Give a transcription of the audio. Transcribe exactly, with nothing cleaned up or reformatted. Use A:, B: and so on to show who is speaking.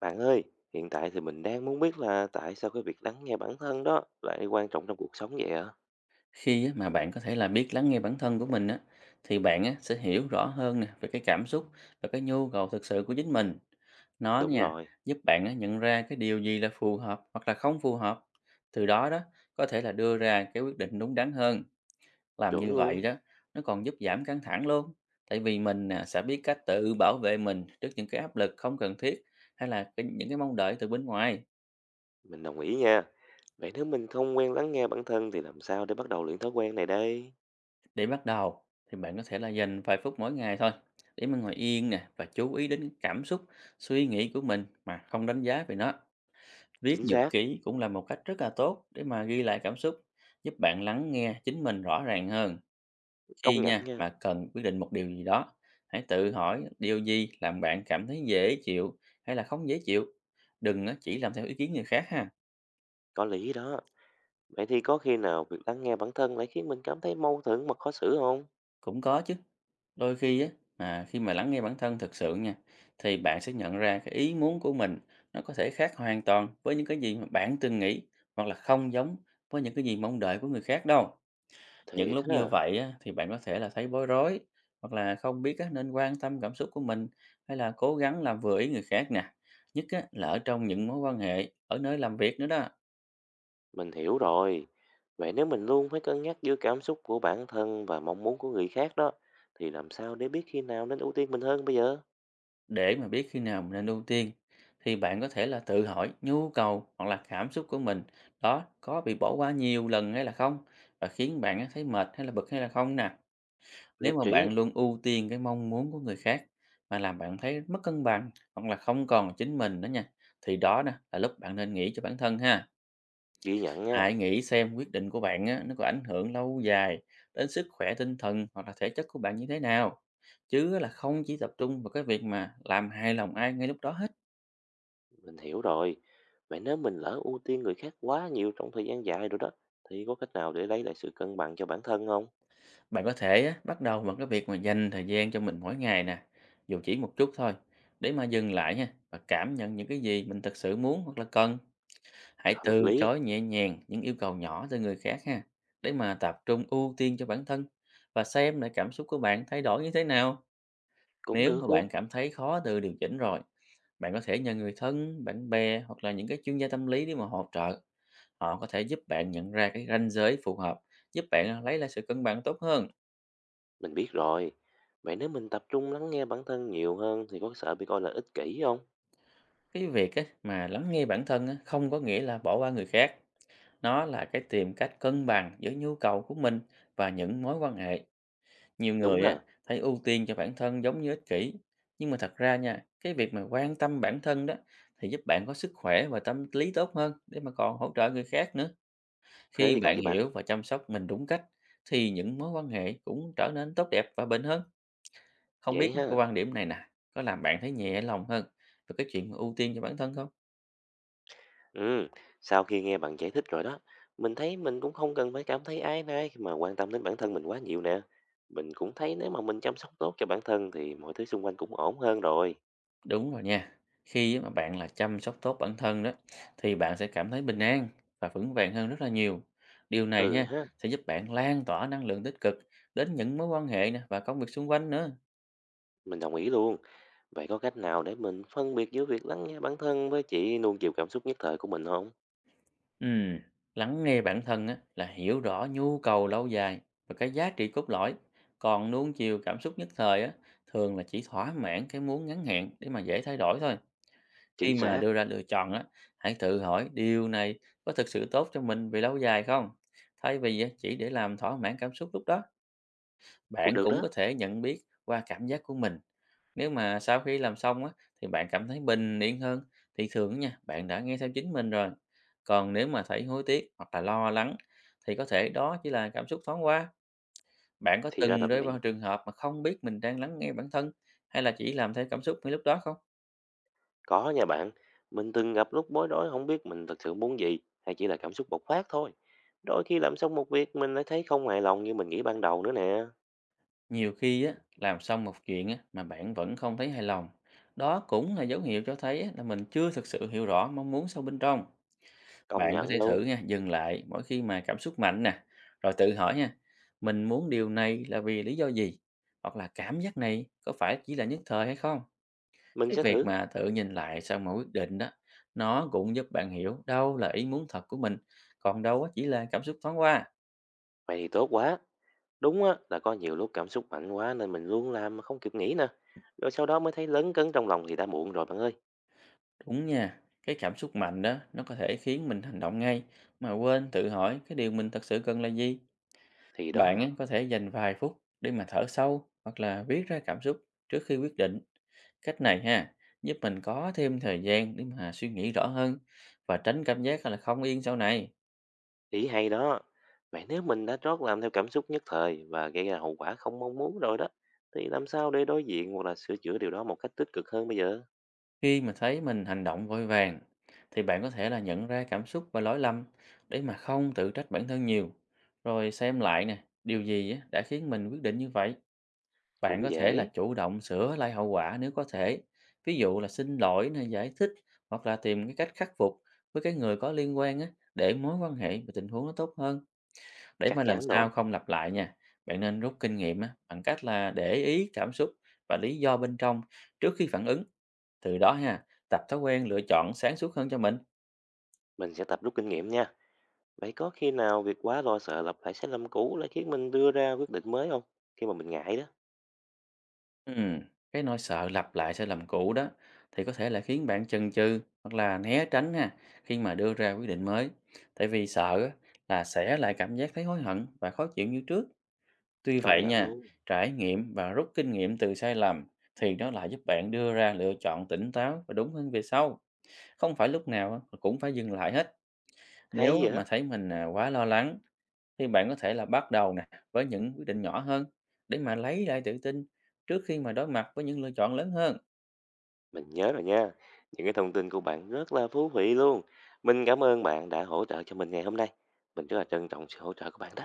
A: Bạn ơi, hiện tại thì mình đang muốn biết là tại sao cái việc lắng nghe bản thân đó lại quan trọng trong cuộc sống vậy ạ?
B: Khi á mà bạn có thể là biết lắng nghe bản thân của mình á, thì bạn á, sẽ hiểu rõ hơn nè về cái cảm xúc và cái nhu cầu thực sự của chính mình nó
A: Đúng
B: nha.
A: rồi,
B: Giúp bạn á, nhận ra cái điều gì là phù hợp hoặc là không phù hợp, từ đó đó có thể là đưa ra cái quyết định đúng đắn hơn, làm
A: chuẩn
B: như
A: luôn.
B: vậy đó. Nó còn giúp giảm căng thẳng luôn, tại vì mình à, sẽ biết cách tự bảo vệ mình trước những cái áp lực không cần thiết hay là cái- những cái mong đợi từ bên ngoài.
A: Mình đồng ý nha. Vậy nếu mình không quen lắng nghe bản thân thì làm sao để bắt đầu luyện thói quen này đây?
B: Để bắt đầu thì bạn có thể là dành vài phút mỗi ngày thôi, để mà ngồi yên nè và chú ý đến cái cảm xúc, suy nghĩ của mình mà không đánh giá về nó. Viết
A: Chính
B: nhật
A: xác,
B: ký cũng là một cách rất là tốt để mà ghi lại cảm xúc, giúp bạn lắng nghe chính mình rõ ràng hơn. Khi
A: công
B: nha
A: nhận
B: mà
A: nha.
B: cần quyết định một điều gì đó, hãy tự hỏi điều gì làm bạn cảm thấy dễ chịu hay là không dễ chịu. Đừng á, chỉ làm theo ý kiến người khác ha.
A: Có lý đó. Vậy thì có khi nào việc lắng nghe bản thân lại khiến mình cảm thấy mâu thuẫn mà khó xử không?
B: Cũng có chứ. Đôi khi á, à, khi mà lắng nghe bản thân thực sự nha, thì bạn sẽ nhận ra cái ý muốn của mình nó có thể khác hoàn toàn với những cái gì mà bạn từng nghĩ, hoặc là không giống với những cái gì mong đợi của người khác đâu. Những
A: Thiệt
B: lúc
A: ha,
B: như vậy á, thì bạn có thể là thấy bối rối hoặc là không biết á, nên quan tâm cảm xúc của mình hay là cố gắng làm vừa ý người khác nè. Nhất á, là ở trong những mối quan hệ, ở nơi làm việc nữa đó.
A: mình hiểu rồi. Vậy nếu mình luôn phải cân nhắc giữa cảm xúc của bản thân và mong muốn của người khác đó, thì làm sao để biết khi nào nên ưu tiên mình hơn bây giờ?
B: Để mà biết khi nào mình nên ưu tiên, thì bạn có thể là tự hỏi nhu cầu hoặc là cảm xúc của mình đó có bị bỏ qua nhiều lần hay là không, và khiến bạn á thấy mệt hay là bực hay là không nè. Nếu
A: Nhất
B: mà
A: trí.
B: bạn luôn ưu tiên cái mong muốn của người khác mà làm bạn thấy mất cân bằng hoặc là không còn là chính mình nữa nha, thì đó nè là lúc bạn nên nghĩ cho bản thân ha.
A: Ghi nhận nha,
B: Hãy nghĩ xem quyết định của bạn á, nó có ảnh hưởng lâu dài đến sức khỏe tinh thần hoặc là thể chất của bạn như thế nào, chứ là không chỉ tập trung vào cái việc mà làm hài lòng ai ngay lúc đó hết.
A: mình hiểu rồi. Vậy nếu mình lỡ ưu tiên người khác quá nhiều trong thời gian dài rồi đó, thì có cách nào để lấy lại sự cân bằng cho bản thân không?
B: Bạn có thể á, bắt đầu bằng cái việc mà dành thời gian cho mình mỗi ngày nè, dù chỉ một chút thôi, để mà dừng lại ha và cảm nhận những cái gì mình thực sự muốn hoặc là cần. Hãy
A: Hợp
B: từ
A: lý,
B: chối nhẹ nhàng những yêu cầu nhỏ từ người khác ha, để mà tập trung ưu tiên cho bản thân và xem lại cảm xúc của bạn thay đổi như thế nào.
A: cũng
B: Nếu mà
A: được luôn.
B: bạn cảm thấy khó tự điều chỉnh rồi, bạn có thể nhờ người thân, bạn bè hoặc là những cái chuyên gia tâm lý để mà hỗ trợ. Họ có thể giúp bạn nhận ra cái ranh giới phù hợp, giúp bạn lấy lại sự cân bằng tốt hơn.
A: Mình biết rồi. Vậy nếu mình tập trung lắng nghe bản thân nhiều hơn thì có sợ bị coi là ích kỷ không?
B: Cái việc á, mà lắng nghe bản thân á, không có nghĩa là bỏ qua người khác. Nó là cái tìm cách cân bằng giữa nhu cầu của mình và những mối quan hệ. Nhiều
A: Đúng
B: người á,
A: ha,
B: thấy ưu tiên cho bản thân giống như ích kỷ, nhưng mà thật ra nha, cái việc mà quan tâm bản thân đó thì giúp bạn có sức khỏe và tâm lý tốt hơn để mà còn hỗ trợ người khác nữa.
A: thế
B: Khi
A: thì còn
B: bạn
A: gì bằng.
B: hiểu và chăm sóc mình đúng cách, thì những mối quan hệ cũng trở nên tốt đẹp và bền hơn. Không biết
A: Vậy
B: cái
A: ha.
B: quan điểm này nè có làm bạn thấy nhẹ lòng hơn về cái chuyện mà ưu tiên cho bản thân không?
A: Ừ, sau khi nghe bạn giải thích rồi đó, mình thấy mình cũng không cần phải cảm thấy áy náy khi mà quan tâm đến bản thân mình quá nhiều nè. Mình cũng thấy nếu mà mình chăm sóc tốt cho bản thân thì mọi thứ xung quanh cũng ổn hơn rồi.
B: Đúng rồi nha. Khi mà bạn là chăm sóc tốt bản thân đó, thì bạn sẽ cảm thấy bình an và vững vàng hơn rất là nhiều. Điều này
A: Ừ
B: ha,
A: ha.
B: sẽ giúp bạn lan tỏa năng lượng tích cực đến những mối quan hệ nè và công việc xung quanh nữa.
A: Mình đồng ý luôn. Vậy có cách nào để mình phân biệt giữa việc lắng nghe bản thân với chỉ nuông chiều cảm xúc nhất thời của mình không?
B: Ừm, Lắng nghe bản thân á là hiểu rõ nhu cầu lâu dài và cái giá trị cốt lõi. Còn nuông chiều cảm xúc nhất thời á, thường là chỉ thỏa mãn cái muốn ngắn hạn để mà dễ thay đổi thôi. Khi
A: Chính
B: mà
A: xác,
B: đưa ra lựa chọn á, hãy tự hỏi điều này có thực sự tốt cho mình về lâu dài không? Thay vì á, chỉ để làm thỏa mãn cảm xúc lúc đó,
A: cũng
B: bạn
A: được
B: cũng có
A: đó.
B: thể nhận biết qua cảm giác của mình. Nếu mà sau khi làm xong á, thì bạn cảm thấy bình yên hơn, thì thường nha, bạn đã nghe theo chính mình rồi. Còn nếu mà thấy hối tiếc hoặc là lo lắng, thì có thể đó chỉ là cảm xúc thoáng qua. Bạn có
A: Thì ra
B: từng
A: là
B: rơi vào
A: vậy.
B: trường hợp mà không biết mình đang lắng nghe bản thân hay là chỉ làm theo cảm xúc ngay lúc đó không?
A: Có nha bạn. Mình từng gặp lúc bối rối không biết mình thật sự muốn gì hay chỉ là cảm xúc bộc phát thôi. Đôi khi làm xong một việc mình lại thấy không hài lòng như mình nghĩ ban đầu nữa nè.
B: Nhiều khi á, làm xong một chuyện á, mà bạn vẫn không thấy hài lòng. Đó cũng là dấu hiệu cho thấy á, là mình chưa thực sự hiểu rõ mong muốn sâu bên trong.
A: Công
B: Bạn có
A: nhận
B: thể thử
A: luôn.
B: nha, dừng lại mỗi khi mà cảm xúc mạnh nè, rồi tự hỏi nha, mình muốn điều này là vì lý do gì? Hoặc là cảm giác này có phải chỉ là nhất thời hay không?
A: Mình
B: Cái
A: sẽ
B: việc
A: thử.
B: mà tự nhìn lại sau mỗi quyết định đó, nó cũng giúp bạn hiểu đâu là ý muốn thật của mình, còn đâu á, chỉ là cảm xúc thoáng qua.
A: Vậy thì tốt quá. Đúng á, là có nhiều lúc cảm xúc mạnh quá nên mình luôn làm mà không kịp nghĩ nè. Rồi sau đó mới thấy lấn cấn trong lòng thì đã muộn rồi bạn ơi.
B: Đúng nha, cái cảm xúc mạnh đó nó có thể khiến mình hành động ngay mà quên tự hỏi cái điều mình thật sự cần là gì.
A: Thì
B: Bạn
A: đó,
B: á, có thể dành vài phút để mà thở sâu hoặc là viết ra cảm xúc trước khi quyết định. Cách này ha, giúp mình có thêm thời gian để mà suy nghĩ rõ hơn và tránh cảm giác là không yên sau này.
A: ý hay đó. Vậy nếu mình đã trót làm theo cảm xúc nhất thời và gây ra hậu quả không mong muốn rồi đó, thì làm sao để đối diện hoặc là sửa chữa điều đó một cách tích cực hơn bây giờ?
B: Khi mà thấy mình hành động vội vàng, thì bạn có thể là nhận ra cảm xúc và lỗi lầm để mà không tự trách bản thân nhiều. Rồi xem lại nè, điều gì á, đã khiến mình quyết định như vậy. Bạn
A: Cũng
B: có thể
A: dễ.
B: là chủ động sửa lại hậu quả nếu có thể, ví dụ là xin lỗi nè, giải thích hoặc là tìm cái cách khắc phục với cái người có liên quan á, để mối quan hệ và tình huống nó tốt hơn. Để mà
A: Chắc
B: lần
A: chắn
B: sau
A: rồi.
B: không lặp lại nha, bạn nên rút kinh nghiệm á bằng cách là để ý cảm xúc và lý do bên trong trước khi phản ứng. Từ đó ha, tập thói quen lựa chọn sáng suốt hơn cho mình.
A: Mình sẽ tập rút kinh nghiệm nha. Vậy có khi nào việc quá lo sợ lặp lại sai lầm cũ lại khiến mình đưa ra quyết định mới không? Khi mà mình ngại đó.
B: Ừm, cái nỗi sợ lặp lại sai lầm cũ đó thì có thể là khiến bạn chần chừ hoặc là né tránh ha, khi mà đưa ra quyết định mới. Tại vì sợ á, là sẽ lại cảm giác thấy hối hận và khó chịu như trước. Tuy
A: Công
B: vậy
A: nhận
B: nha,
A: luôn.
B: trải nghiệm và rút kinh nghiệm từ sai lầm thì nó lại giúp bạn đưa ra lựa chọn tỉnh táo và đúng hơn về sau. Không phải lúc nào á, cũng phải dừng lại hết. Nếu
A: Hay vậy?
B: mà thấy mình à, quá lo lắng, thì bạn có thể là bắt đầu nè với những quyết định nhỏ hơn để mà lấy lại tự tin trước khi mà đối mặt với những lựa chọn lớn hơn.
A: Mình nhớ rồi nha. Những cái thông tin của bạn rất là thú vị luôn. Mình cảm ơn bạn đã hỗ trợ cho mình ngày hôm nay. Mình rất là trân trọng sự hỗ trợ của bạn đó.